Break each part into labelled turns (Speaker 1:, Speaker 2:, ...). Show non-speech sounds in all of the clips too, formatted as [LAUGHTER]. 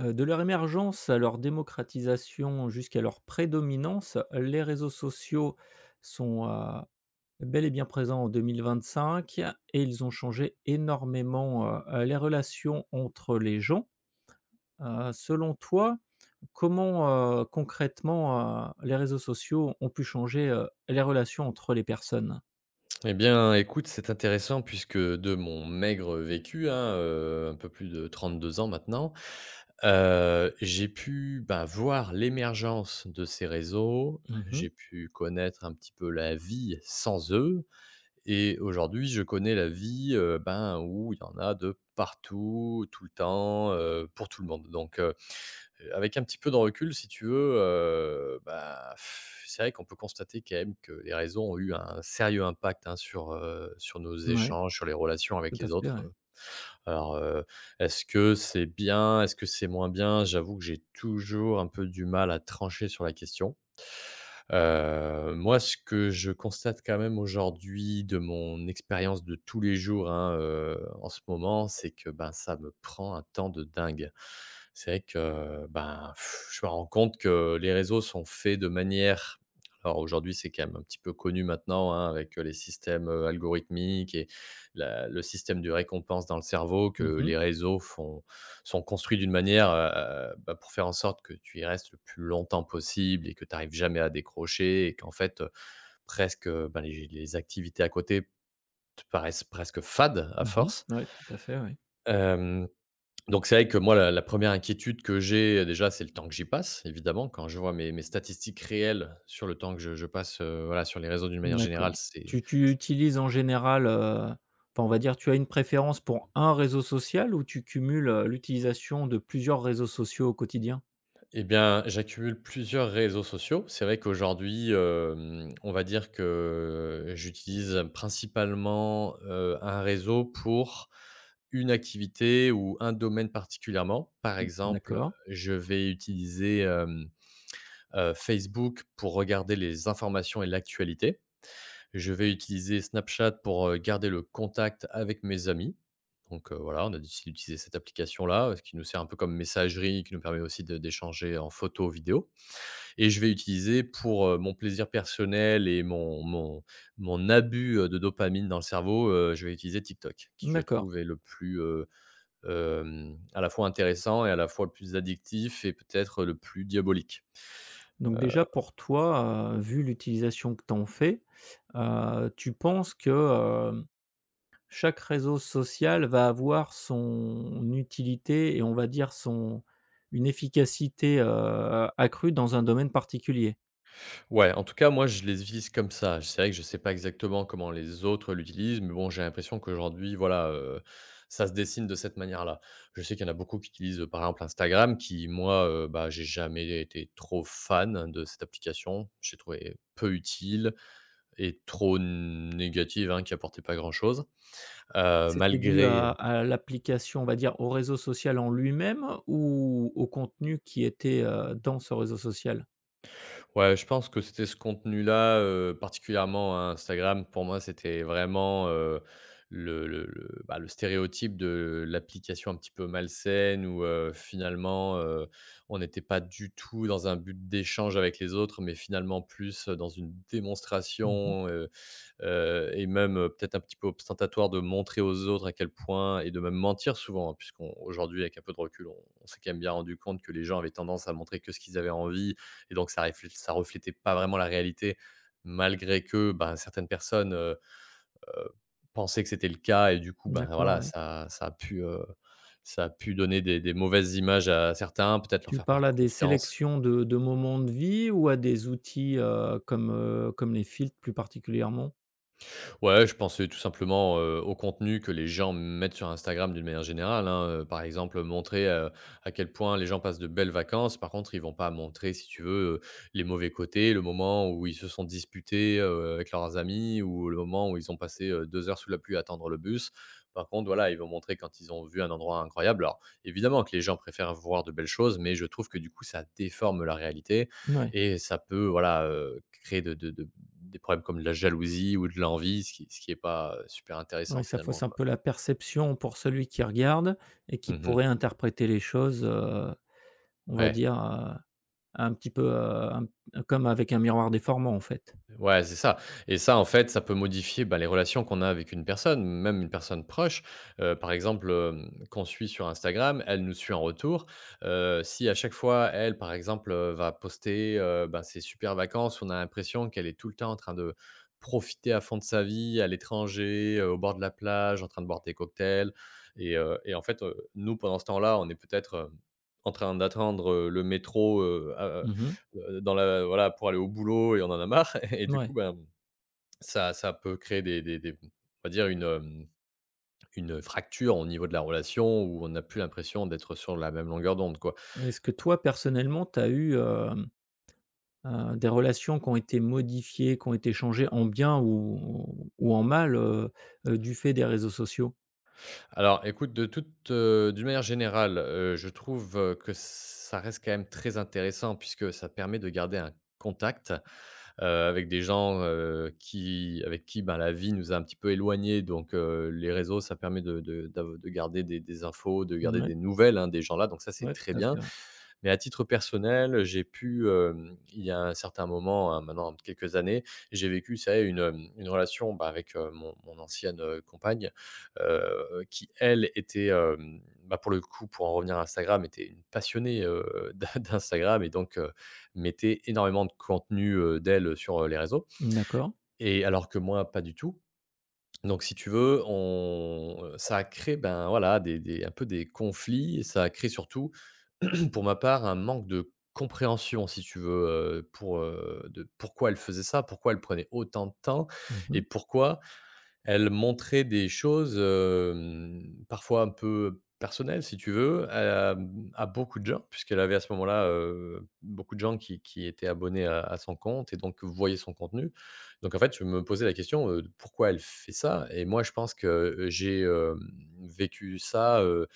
Speaker 1: De leur émergence à leur démocratisation jusqu'à leur prédominance, les réseaux sociaux sont, bel et bien présents en 2025 et ils ont changé énormément, les relations entre les gens. Selon toi, comment, concrètement, les réseaux sociaux ont pu changer, les relations entre les personnes?
Speaker 2: Eh bien, écoute, c'est intéressant puisque de mon maigre vécu, hein, un peu plus de 32 ans maintenant. J'ai pu, bah, voir l'émergence de ces réseaux,
Speaker 1: Mmh mh.
Speaker 2: j'ai pu connaître un petit peu la vie sans eux et aujourd'hui, je connais la vie, ben, où il y en a de partout, tout le temps, pour tout le monde. Donc, avec un petit peu de recul, si tu veux, bah, c'est vrai qu'on peut constater quand même que les réseaux ont eu un sérieux impact, hein, sur nos échanges, sur les relations
Speaker 1: Tout
Speaker 2: avec
Speaker 1: à
Speaker 2: les
Speaker 1: fait, ouais.
Speaker 2: autres. Alors, est-ce que c'est bien? Est-ce que c'est moins bien? J'avoue que j'ai toujours un peu du mal à trancher sur la question. Moi, ce que je constate quand même aujourd'hui de mon expérience de tous les jours, hein, en ce moment, c'est que, ben, ça me prend un temps de dingue. C'est vrai que, ben, je me rends compte que les réseaux sont faits de manière alors aujourd'hui, c'est quand même un petit peu connu maintenant, hein, avec les systèmes algorithmiques et la le système de récompense dans le cerveau que
Speaker 1: Mmh mh.
Speaker 2: les réseaux font sont construits d'une manière, bah, pour faire en sorte que tu y restes le plus longtemps possible et que tu arrives jamais à décrocher et qu'en fait, presque, bah, les activités à côté te paraissent presque fades à
Speaker 1: Mmh.
Speaker 2: force.
Speaker 1: Ouais, tout à fait, ouais.
Speaker 2: Hem, donc c'est vrai que moi la 1 inquiétude que j'ai, déjà, c'est le temps que j'y passe, évidemment. Quand je vois mes statistiques réelles sur le temps que je passe, voilà, sur les réseaux d'une manière générale,
Speaker 1: D'accord.
Speaker 2: c'est.
Speaker 1: Tu utilises en général, enfin, on va dire, tu as une préférence pour un réseau social ou tu cumules, l'utilisation de plusieurs réseaux sociaux au quotidien?
Speaker 2: Eh bien, j'accumule plusieurs réseaux sociaux. C'est vrai qu'aujourd'hui, on va dire que j'utilise principalement, un réseau pour une activité ou un domaine particulièrement. Par
Speaker 1: Mmh,
Speaker 2: exemple,
Speaker 1: d'accord,
Speaker 2: je vais utiliser Facebook pour regarder les informations et l'actualité. Je vais utiliser Snapchat pour, garder le contact avec mes amis. Donc, voilà, on a décidé d'utiliser cette application-là, qui nous sert un peu comme messagerie, qui nous permet aussi de d'échanger en photo, vidéo et je vais utiliser pour, mon plaisir personnel et mon abus, de dopamine dans le cerveau, je vais utiliser TikTok, qui je
Speaker 1: d'accord.
Speaker 2: trouve est le plus, à la fois intéressant et à la fois le plus addictif et peut-être le plus diabolique.
Speaker 1: Donc déjà pour toi, vu l'utilisation que tu en fais, tu penses que, hem, chaque réseau social va avoir son utilité et on va dire son une efficacité, accrue dans un domaine particulier?
Speaker 2: Ouais, en tout cas, moi, je les utilise comme ça. C'est vrai que je sais pas exactement comment les autres l'utilisent, mais bon, j'ai l'impression qu'aujourd'hui, voilà, ça se dessine de cette manière-là. Je sais qu'il y en a beaucoup qui utilisent, par exemple, Instagram qui, moi, bah, j'ai jamais été trop fan de cette application. J'ai trouvé peu utile et trop négative, hein, qui apportait pas grand-chose.
Speaker 1: C'était dû
Speaker 2: Malgré
Speaker 1: à l'application, on va dire, au réseau social en lui-même ou au contenu qui était, dans ce réseau social?
Speaker 2: Ouais, je pense que c'était ce contenu-là, particulièrement hein, Instagram, pour moi, c'était vraiment, bah, le stéréotype de l'application un petit peu malsaine où, finalement, on n'était pas du tout dans un but d'échange avec les autres, mais finalement plus dans une
Speaker 1: Mmh.
Speaker 2: démonstration, et même, peut-être un petit peu ostentatoire de montrer aux autres à quel point et de même mentir souvent, hein, puisqu'on aujourd'hui, avec un peu de recul, on s'est quand même bien rendu compte que les gens avaient tendance à montrer que ce qu'ils avaient envie et donc ça réflé reflétait pas vraiment la réalité malgré que, ben, certaines personnes, heu, pensaient que c'était le cas et du coup, ben,
Speaker 1: D'accord,
Speaker 2: voilà,
Speaker 1: ouais.
Speaker 2: ça a pu donner des mauvaises images à certains, peut-être leur
Speaker 1: Tu
Speaker 2: faire
Speaker 1: parles
Speaker 2: perdre
Speaker 1: à des
Speaker 2: confiance.
Speaker 1: sélections de moments de vie ou à des outils, comme, comme les filtres plus particulièrement?
Speaker 2: Ouais, je pensais tout simplement, au contenu que les gens mettent sur Instagram d'une manière générale, hein, par exemple, montrer, à quel point les gens passent de belles vacances. Par contre, ils vont pas montrer, si tu veux, les mauvais côtés, le moment où ils se sont disputés, avec leurs amis ou le moment où ils ont passé, 2 heures sous la pluie à attendre le bus. Par contre, voilà, ils vont montrer quand ils ont vu un endroit incroyable. Alors, évidemment que les gens préfèrent voir de belles choses, mais je trouve que, du coup, ça déforme la réalité
Speaker 1: Ouais,
Speaker 2: et ça peut, voilà, créer de des problèmes comme de la jalousie ou de l'envie, ce qui est pas, super
Speaker 1: ouais,
Speaker 2: intéressant
Speaker 1: ça
Speaker 2: finalement,
Speaker 1: fausse un
Speaker 2: quoi.
Speaker 1: peu la perception pour celui qui regarde et qui
Speaker 2: Mmh,
Speaker 1: pourrait interpréter les choses, on va
Speaker 2: ouais.
Speaker 1: dire, un petit peu, un comme avec un miroir déformant, en fait.
Speaker 2: Ouais, c'est ça et ça, en fait, ça peut modifier, bah, les relations qu'on a avec une personne, même une personne proche. Par exemple, qu'on suit sur Instagram, elle nous suit en retour. Si à chaque fois, elle, par exemple, va poster, bah, ses super vacances, on a l'impression qu'elle est tout le temps en train de profiter à fond de sa vie à l'étranger, au bord de la plage, en train de boire des cocktails et en fait, nous, pendant ce temps-là, on est peut-être, en train d'attendre, le métro,
Speaker 1: Mmh mh.
Speaker 2: dans la voilà, pour aller au boulot et on en a marre [LAUGHS] et du coup, ben, ça peut créer des on va dire une, une fracture au niveau de la relation où on n'a plus l'impression d'être sur la même longueur d'onde, quoi.
Speaker 1: Est-ce que toi, personnellement, tu as eu, des relations qui ont été modifiées, qui ont été changées en bien ou en mal, du fait des réseaux sociaux?
Speaker 2: Alors écoute, d'une manière générale, je trouve, que ça reste quand même très intéressant puisque ça permet de garder un contact, avec des gens, qui avec qui, ben, la vie nous a un petit peu éloignés donc les réseaux, ça permet de garder des infos, de garder
Speaker 1: Mouais,
Speaker 2: des nouvelles, hein, des gens-là donc ça, c'est
Speaker 1: ouais, tout
Speaker 2: très
Speaker 1: à fait,
Speaker 2: bien.
Speaker 1: ouais.
Speaker 2: Mais à titre personnel, j'ai pu, il y a un certain moment, hein, maintenant quelques années, j'ai vécu, ça une relation, bah, avec, mon ancienne, compagne, qui elle était, bah, pour le coup, pour en revenir à Instagram, était une passionnée, d'In [LAUGHS] d'Instagram et donc mettait énormément de contenu, d'elle sur, les réseaux
Speaker 1: D'accord.
Speaker 2: et alors que moi, pas du tout. Donc si tu veux, on ça a créé, ben, voilà, des un peu des conflits et ça a créé surtout, [CLEARS THROAT] pour ma part, un manque de compréhension, si tu veux, pour, de pourquoi elle faisait ça, pourquoi elle prenait autant de temps et
Speaker 1: Mmh.
Speaker 2: pourquoi elle montrait des choses, parfois un peu personnelles, si tu veux, à, à beaucoup de gens, puisqu'elle avait à ce moment-là, beaucoup de gens qui étaient abonnés à son compte et donc voyaient son contenu. Donc en fait, je me posais la question, de pourquoi elle fait ça? Et moi, je pense que j'ai vécu ça,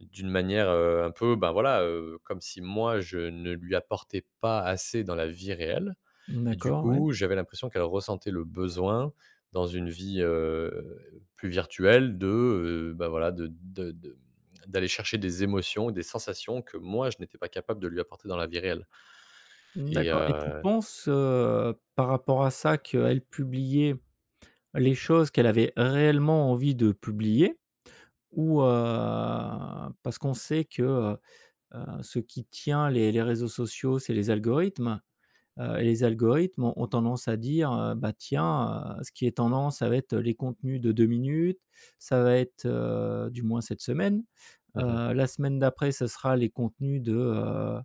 Speaker 2: d'une manière, un peu, ben, voilà, comme si moi je ne lui apportais pas assez dans la vie réelle. Et du
Speaker 1: D'accord, ouais.
Speaker 2: coup, j'avais l'impression qu'elle ressentait le besoin dans une vie, plus virtuelle de, bah, voilà, de d'aller chercher des émotions, des sensations que moi je n'étais pas capable de lui apporter dans la vie réelle
Speaker 1: Mmh,
Speaker 2: et
Speaker 1: d'accord. Et tu penses, par rapport à ça, qu'elle publiait les choses qu'elle avait réellement envie de publier ou, parce qu'on sait que, ce qui tient les réseaux sociaux, c'est les algorithmes. Et les algorithmes ont ont tendance à dire, «Bah, tiens, ce qui est tendance, ça va être les contenus de 2 minutes, ça va être, du moins cette semaine,
Speaker 2: mmh mh.
Speaker 1: la semaine d'après, ce sera les contenus de, heu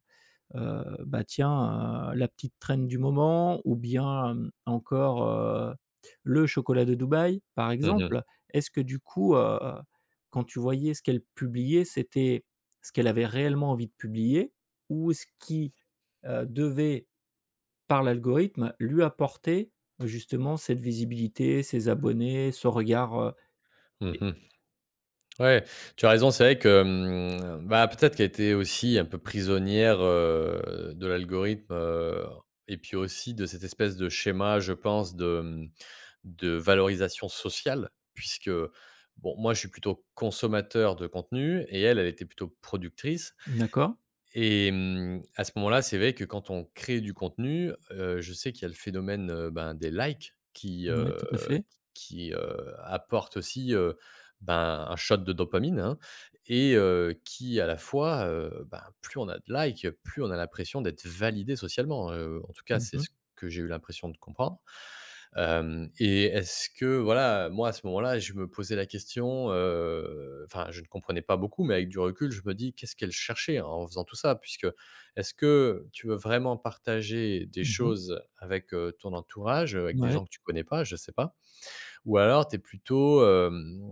Speaker 1: heu, bah, tiens, la petite traîne du moment ou bien, encore, le chocolat de Dubaï», par
Speaker 2: Mmh.
Speaker 1: exemple. Est-ce que du coup, quand tu voyais ce qu'elle publiait, c'était ce qu'elle avait réellement envie de publier ou ce qui, devait par l'algorithme, lui apporter justement cette visibilité, ses abonnés, ce regard, et
Speaker 2: Mmh. Ouais, tu as raison, c'est vrai que, bah, peut-être qu'elle était aussi un peu prisonnière, de l'algorithme, et puis aussi de cette espèce de schéma, je pense, de, de valorisation sociale puisque, bon, moi, je suis plutôt consommateur de contenu et elle, elle était plutôt productrice
Speaker 1: d'accord.
Speaker 2: et à ce moment-là, c'est vrai que quand on crée du contenu, je sais qu'il y a le phénomène, ben, des likes qui,
Speaker 1: Oui,
Speaker 2: heu,
Speaker 1: tout à fait.
Speaker 2: qui, heu, apporte aussi, ben, un shot de dopamine, hein et qui à la fois, ben, plus on a de likes, plus on a l'impression d'être validé socialement, en tout cas,
Speaker 1: Mmh
Speaker 2: c'est
Speaker 1: mh.
Speaker 2: ce que j'ai eu l'impression de comprendre. Hem Et est-ce que voilà, moi à ce moment-là, je me posais la question, enfin je ne comprenais pas beaucoup, mais avec du recul, je me dis: «Qu'est-ce qu'elle cherchait hein, en faisant tout ça?» puisque est-ce que tu veux vraiment partager des
Speaker 1: Mmh.
Speaker 2: choses avec, ton entourage, avec des
Speaker 1: Ouais,
Speaker 2: gens que tu connais pas, je sais pas, ou alors tu es plutôt,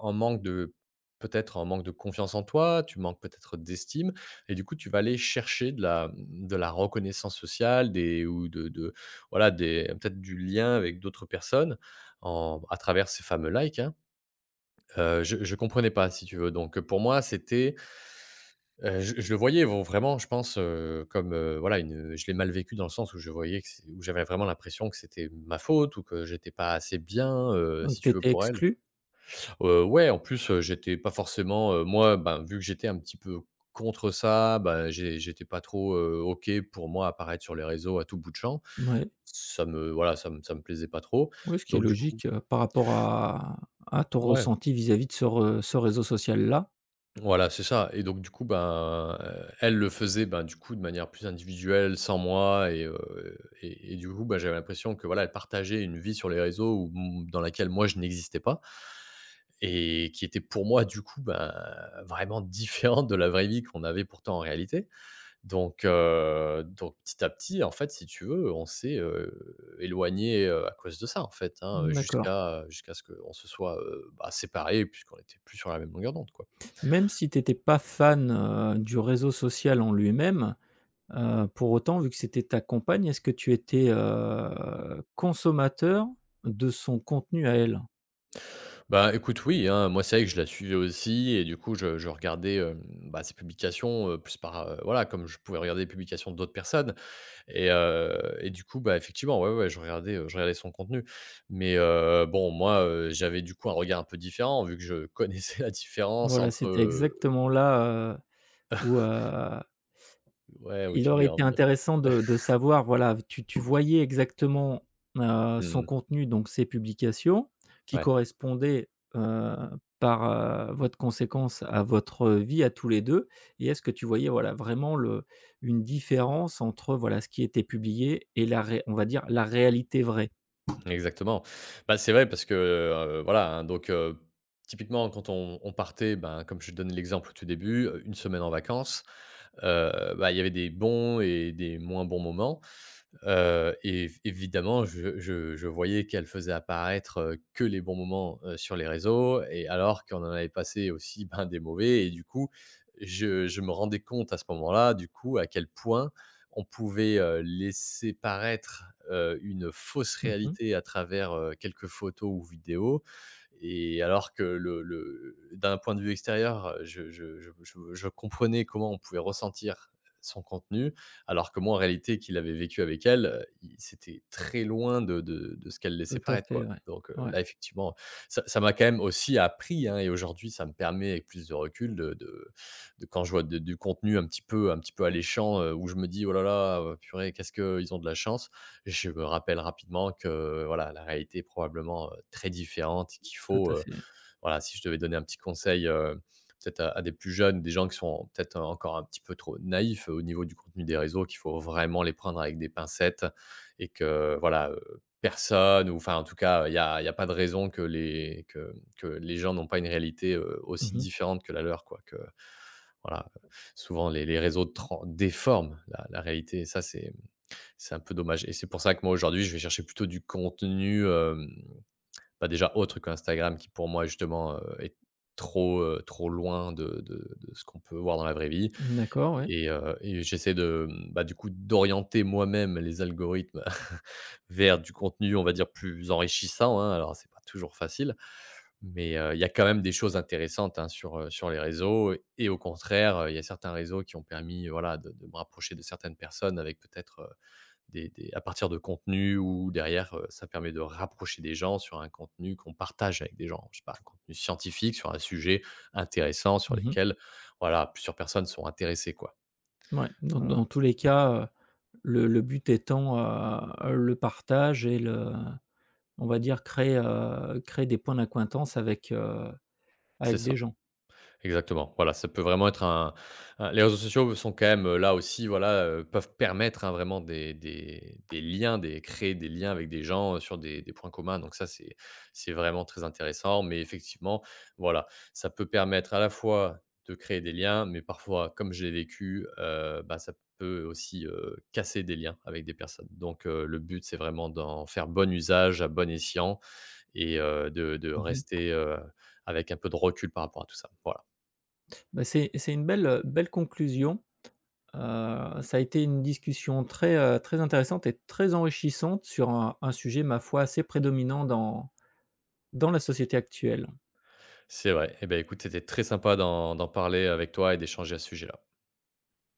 Speaker 2: en manque de peut-être en manque de confiance en toi, tu manques peut-être d'estime et du coup tu vas aller chercher de la reconnaissance sociale, des ou de voilà des peut-être du lien avec d'autres personnes en à travers ces fameux likes, hein. Je comprenais pas, si tu veux. Donc pour moi c'était, je le voyais vau vraiment, je pense, comme, voilà, une, je l'ai mal vécu dans le sens où je voyais que c'est où j'avais vraiment l'impression que c'était ma faute ou que j'étais pas assez bien,
Speaker 1: donc
Speaker 2: si
Speaker 1: tu
Speaker 2: tu veux,
Speaker 1: étais
Speaker 2: pour elle.
Speaker 1: exclu?
Speaker 2: Ouais, en plus, j'étais pas forcément, moi, ben, vu que j'étais un petit peu contre ça, ben j'étais pas trop, OK pour moi apparaître sur les réseaux à tout bout de champ.
Speaker 1: Ouais.
Speaker 2: Ça me voilà, ça me plaisait pas trop.
Speaker 1: Oui, ce qui est
Speaker 2: Donc du coup,
Speaker 1: logique, par rapport à ton
Speaker 2: ouais.
Speaker 1: ressenti vis-à-vis de ce re ce réseau social-là.
Speaker 2: Voilà, c'est ça. Et donc du coup, ben, elle le faisait, ben, du coup, de manière plus individuelle, sans moi, et du coup, ben, j'avais l'impression que, voilà, elle partageait une vie sur les réseaux où m dans laquelle moi je n'existais pas, et qui était pour moi, du coup, ben, vraiment [LAUGHS] différente de la vraie vie qu'on avait pourtant en réalité. Donc donc petit à petit, en fait, si tu veux, on s'est, éloignés, à cause de ça, en fait, hein,
Speaker 1: Mmh, d'accord.
Speaker 2: jusqu'à ce qu'on se soit, bah, séparés, puisqu'on était plus sur la même longueur d'onde, quoi.
Speaker 1: Même si tu étais pas fan, du réseau social en lui-même, pour autant, vu que c'était ta compagne, est-ce que tu étais, consommateur de son contenu à elle?
Speaker 2: Bah, écoute, oui, hein, moi, c'est vrai que je la suivais aussi, et du coup, je regardais, bah, ses publications, plus par, voilà, comme je pouvais regarder les publications d'autres personnes. Et du coup, bah, effectivement, ouais, ouais, je regardais son contenu. Mais bon, moi, j'avais du coup un regard un peu différent, vu que je connaissais [LAUGHS] la différence
Speaker 1: Voilà,
Speaker 2: entre,
Speaker 1: c'était exactement là, où,
Speaker 2: ouais, où
Speaker 1: il
Speaker 2: tu
Speaker 1: aurait
Speaker 2: voulais en
Speaker 1: été
Speaker 2: venir.
Speaker 1: intéressant de savoir, voilà, tu voyais exactement, son
Speaker 2: Mmh,
Speaker 1: contenu, donc ses publications, qui
Speaker 2: ouais,
Speaker 1: correspondaient, heu, par, voie conséquence à votre vie à tous les 2. Et est-ce que tu voyais, voilà, vraiment le une différence entre, voilà, ce qui était publié et la ré on va dire la réalité vraie?
Speaker 2: exactement. Bah, c'est vrai parce que, voilà, hein, donc typiquement, quand on partait, ben, comme je te donnais l'exemple au tout début, 1 semaine en vacances. Bah, il y avait des bons et des moins bons moments. Év Évidemment, je voyais qu'elle faisait apparaître, que les bons moments, sur les réseaux, et alors qu'on en avait passé aussi, ben, des mauvais. Et du coup, je me rendais compte à ce moment-là, du coup, à quel point on pouvait, laisser paraître, une fausse
Speaker 1: Mmh.
Speaker 2: réalité à travers, quelques photos ou vidéos, et alors que le d'un point de vue extérieur, je comprenais comment on pouvait ressentir son contenu, alors que moi, en réalité, qu'il avait vécu avec elle, il c'était très loin de de ce qu'elle
Speaker 1: Tout
Speaker 2: laissait
Speaker 1: à
Speaker 2: paraître,
Speaker 1: fait,
Speaker 2: quoi.
Speaker 1: ouais.
Speaker 2: Donc,
Speaker 1: Ouais,
Speaker 2: là, effectivement, ça ça m'a quand même aussi appris, hein, et aujourd'hui, ça me permet, avec plus de recul, de quand je vois de du contenu un petit peu alléchant, où je me dis: «Oh là là, purée, qu'est-ce qu'ils ont de la chance». Je me rappelle rapidement que, voilà, la réalité est probablement, très différente, et qu'il
Speaker 1: tout
Speaker 2: faut,
Speaker 1: à fait.
Speaker 2: voilà, si je devais donner un petit conseil, peut-être à des plus jeunes, des gens qui sont peut-être encore un petit peu trop naïfs, au niveau du contenu des réseaux, qu'il faut vraiment les prendre avec des pincettes, et que voilà, personne, ou enfin en tout cas, il y a pas de raison que les gens n'ont pas une réalité, aussi
Speaker 1: Mmh.
Speaker 2: différente que la leur, quoi, que voilà, souvent les réseaux tran déforment la réalité, et ça c'est un peu dommage, et c'est pour ça que moi aujourd'hui je vais chercher plutôt du contenu, hem bah, déjà autre qu'Instagram, qui pour moi justement, est trop, trop loin de de ce qu'on peut voir dans la vraie vie,
Speaker 1: D'accord, ouais.
Speaker 2: et j'essaie de, mmh, bah, du coup, d'orienter moi-même les algorithmes [LAUGHS] vers du contenu, on va dire, plus enrichissant, hein. Alors c'est pas toujours facile, mais il y a quand même des choses intéressantes, hein, sur, sur les réseaux, et au contraire, il y a certains réseaux qui ont permis, voilà, de me rapprocher de certaines personnes, avec peut-être, des à partir de contenus où derrière, ça permet de rapprocher des gens sur un contenu qu'on partage avec des gens. Je sais pas, un contenu scientifique sur un sujet intéressant sur
Speaker 1: Mmh.
Speaker 2: lesquels, voilà, plusieurs personnes sont intéressées, quoi.
Speaker 1: Ouais, dans
Speaker 2: Voilà,
Speaker 1: dans tous les cas, le but étant, le partage et le on va dire créer, créer des points d'accointance avec,
Speaker 2: c'est
Speaker 1: avec
Speaker 2: ça.
Speaker 1: des gens.
Speaker 2: Exactement. Voilà, ça peut vraiment être un les réseaux sociaux sont quand même, là aussi, voilà, peuvent permettre, hein, vraiment des liens, des créer des liens avec des gens, sur des points communs. Donc ça, c'est vraiment très intéressant. Mais effectivement, voilà, ça peut permettre à la fois de créer des liens, mais parfois, comme je l'ai vécu, bah, ça peut aussi, casser des liens avec des personnes. Donc le but, c'est vraiment d'en faire bon usage à bon escient, de
Speaker 1: Mmh.
Speaker 2: rester, avec un peu de recul par rapport à tout ça. Voilà.
Speaker 1: Bah, c'est une belle, belle conclusion. Heu, Ça a été une discussion très, très intéressante et très enrichissante sur un sujet, ma foi, assez prédominant dans dans la société actuelle.
Speaker 2: C'est vrai. Eh ben, écoute, c'était très sympa d'en parler avec toi et d'échanger à ce sujet-là.